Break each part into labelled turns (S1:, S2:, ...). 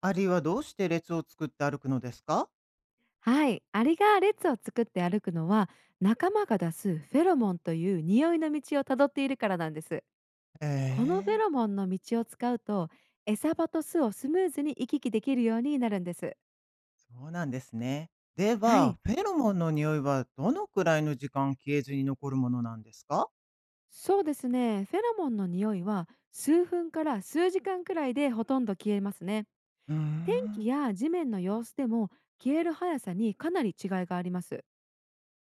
S1: アリはどうして列を作って歩くのですか？
S2: はい、アリが列を作って歩くのは仲間が出すフェロモンという匂いの道をたどっているからなんです。このフェ
S1: ええ。
S2: ロモンの道を使うと餌場と巣をスムーズに行き来できるようになるんです。
S1: そうなんですね。で
S2: は
S1: は、
S2: い、
S1: フェロモンの匂いはどのくらいの時間消えずに残るものなんですか？
S2: そうですね。フェロモンの匂いは数分から数時間くらいでほとんど消えますね。
S1: うー
S2: 天気
S1: ん、
S2: や地面の様子でも消える速さにかなり違いがあります。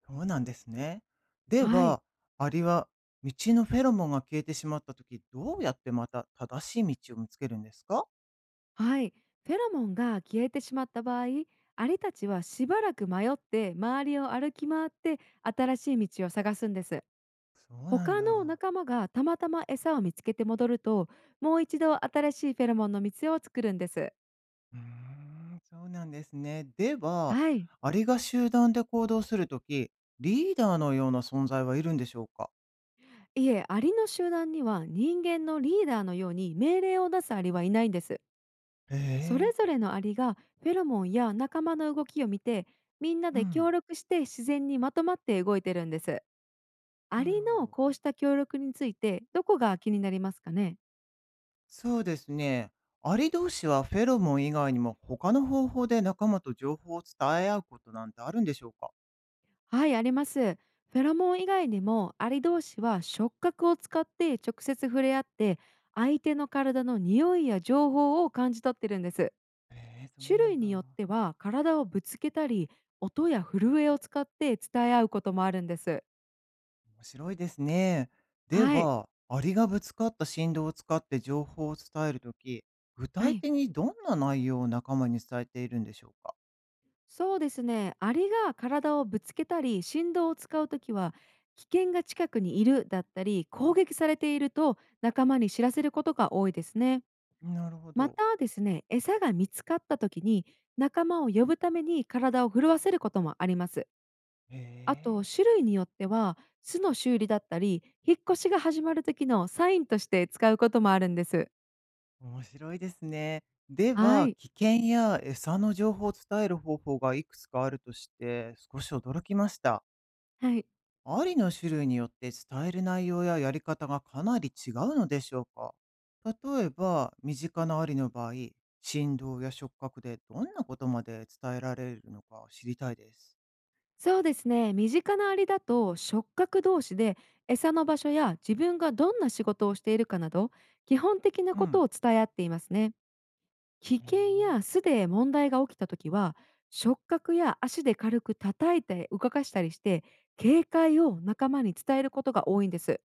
S1: そうなんですね。で
S2: はい、
S1: は、アリは道のフェロモンが消えてしまった時、どうやってまた正しい道を見つけるんですか？
S2: はい。フェロモンが消えてしまった場合、アリたちはしばらく迷って周りを歩き回って新しい道を探すんです。
S1: そうなん
S2: 他の
S1: だ。
S2: 仲間がたまたま餌を見つけて戻ると、もう一度新しいフェロモンの道を作るんです。
S1: うーん、そうなんですね。では、
S2: はい。
S1: アリが集団で行動するとき、リーダーのような存在はいるんでしょうか？
S2: いえ、アリの集団には人間のリーダーのように命令を出すアリはいないんです。
S1: へ
S2: それ
S1: え。
S2: ぞれのアリがフェロモンや仲間の動きを見て、みんな
S1: う
S2: で
S1: ん、
S2: 協力して自然にまとまって動いてるんです。ア
S1: なる
S2: リ
S1: ほ
S2: の
S1: ど。
S2: こうした協力についてどこが気になりますかね？
S1: そうですね。アリ同士はフェロモン以外にも他の方法で仲間と情報を伝え合うことなんてあるんでしょうか？
S2: はい、あります。フェロモン以外にもアリ同士は触覚を使って直接触れ合って相手の体の匂いや情報を感じ取ってるんです。
S1: へえ、そう
S2: 種
S1: なん
S2: 類
S1: だ。
S2: によっては体をぶつけたり、音や震えを使って伝え合うこともあるんです。
S1: 面白いですね。で
S2: はい、
S1: は、アリがぶつかった振動を使って情報を伝えるとき、具
S2: は
S1: 体
S2: い。
S1: 的にどんな内容を仲間に伝えているんでしょうか？
S2: そうですね。アリが体をぶつけたり振動を使うときは、危険が近くにいるだったり攻撃されていると仲間に知らせることが多いですね。
S1: なるほ
S2: ま
S1: ど。
S2: たですね、餌が見つかったときに仲間を呼ぶために体を震わせることもあります。
S1: へ
S2: あと
S1: え。
S2: 種類によっては巣の修理だったり引っ越しが始まる時のサインとして使うこともあるんです。
S1: 面白いですね。で
S2: は
S1: は、
S2: い。
S1: 危険や餌の情報を伝える方法がいくつかあるとして少し驚きました。
S2: はい。
S1: アリの種類によって伝える内容ややり方がかなり違うのでしょうか？例えば、身近なアリの場合、振動や触覚でどんなことまで伝えられるのか知りたいです。
S2: そうですね、身近なアリだと触覚同士で餌の場所や自分がどんな仕事をしているかなど基本的な
S1: う
S2: こと
S1: ん、
S2: を伝え合っていますね。危
S1: え
S2: 険や
S1: ー
S2: 巣で問題が起きた時は触覚や足で軽く叩いて動かしたりして、警戒を仲間に伝えることが多いんです。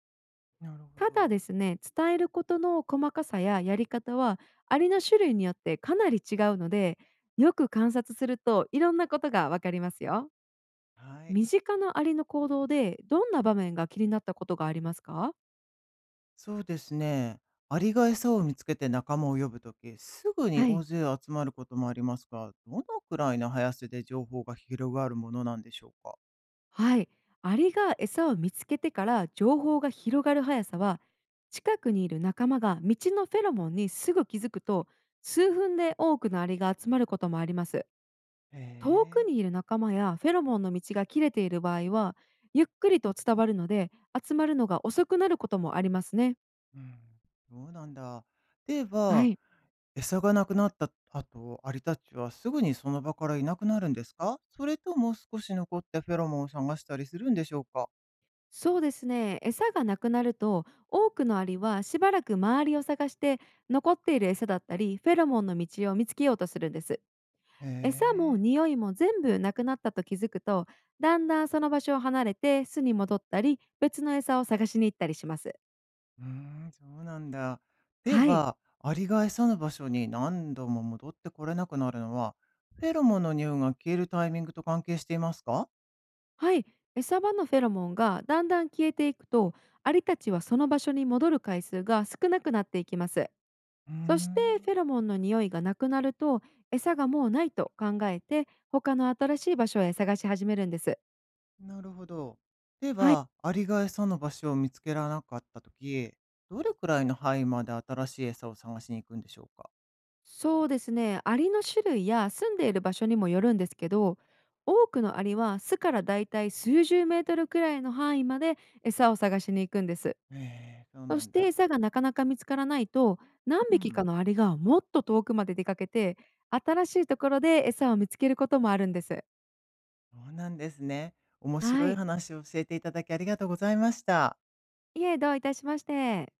S1: なるほ
S2: ただ
S1: ど。
S2: ですね、伝えることの細かさややり方はアリの種類によってかなり違うので、よく観察するといろんなことがわかりますよ。
S1: はい。
S2: 身近なアリの行動で、どんな場面が気になったことがありますか？
S1: そうですね。アリが餌を見つけて仲間を呼ぶとき、すぐに
S2: は
S1: 大
S2: い。
S1: 勢集まることもありますが、どのくらいの速さで情報が広がるものなんでしょうか？
S2: はい、アリが餌を見つけてから情報が広がる速さは、近くにいる仲間が道のフェロモンにすぐ気づくと、数分で多くのアリが集まることもあります。
S1: へ
S2: 遠くに
S1: え、
S2: いる仲間やフェロモンの道が切れている場合は、ゆっくりと伝わるので、集まるのが遅くなることもありますね。
S1: うん。そうなんだ。で
S2: は
S1: は、
S2: い。
S1: 餌がなくなった後、アリたちはすぐにその場からいなくなるんですか、それとも少し残ってフェロモンを探したりするんでしょうか？
S2: そうですね、餌がなくなると多くのアリはしばらく周りを探して残っている餌だったりフェロモンの道を見つけようとするんです。
S1: へ
S2: 餌も
S1: え。
S2: 匂いも全部なくなったと気づくと、だんだんその場所を離れて巣に戻ったり別の餌を探しに行ったりします。
S1: うーん、そうなんだ。で
S2: はい、
S1: は、アリが餌の場所に何度も戻ってこれなくなるのは、フェロモンの匂いが消えるタイミングと関係していますか？
S2: はい。餌場のフェロモンがだんだん消えていくと、アリたちはその場所に戻る回数が少なくなっていきます。
S1: うー
S2: そして
S1: ん、
S2: フェロモンの匂いがなくなると、餌がもうないと考えて他の新しい場所へ探し始めるんです。
S1: なるほど。で
S2: はい、
S1: は、アリが餌の場所を見つけられなかったとき、どれくらいの範囲まで新しい餌を探しに行くんでしょうか？
S2: そうですね、アリの種類や住んでいる場所にもよるんですけど、多くのアリは巣からだいたい数十メートルくらいの範囲まで餌を探しに行くんです。
S1: ええ、そう
S2: そ
S1: な
S2: し
S1: ん
S2: て
S1: だ。
S2: 餌がなかなか見つからないと、何
S1: う
S2: 匹か
S1: ん、
S2: のアリがもっと遠くまで出かけて新しいところで餌を見つけることもあるんです。
S1: そうなんですね。面
S2: は
S1: 白い
S2: い、
S1: 話を教えていただきありがとうございました。
S2: いえ、どういたしまして。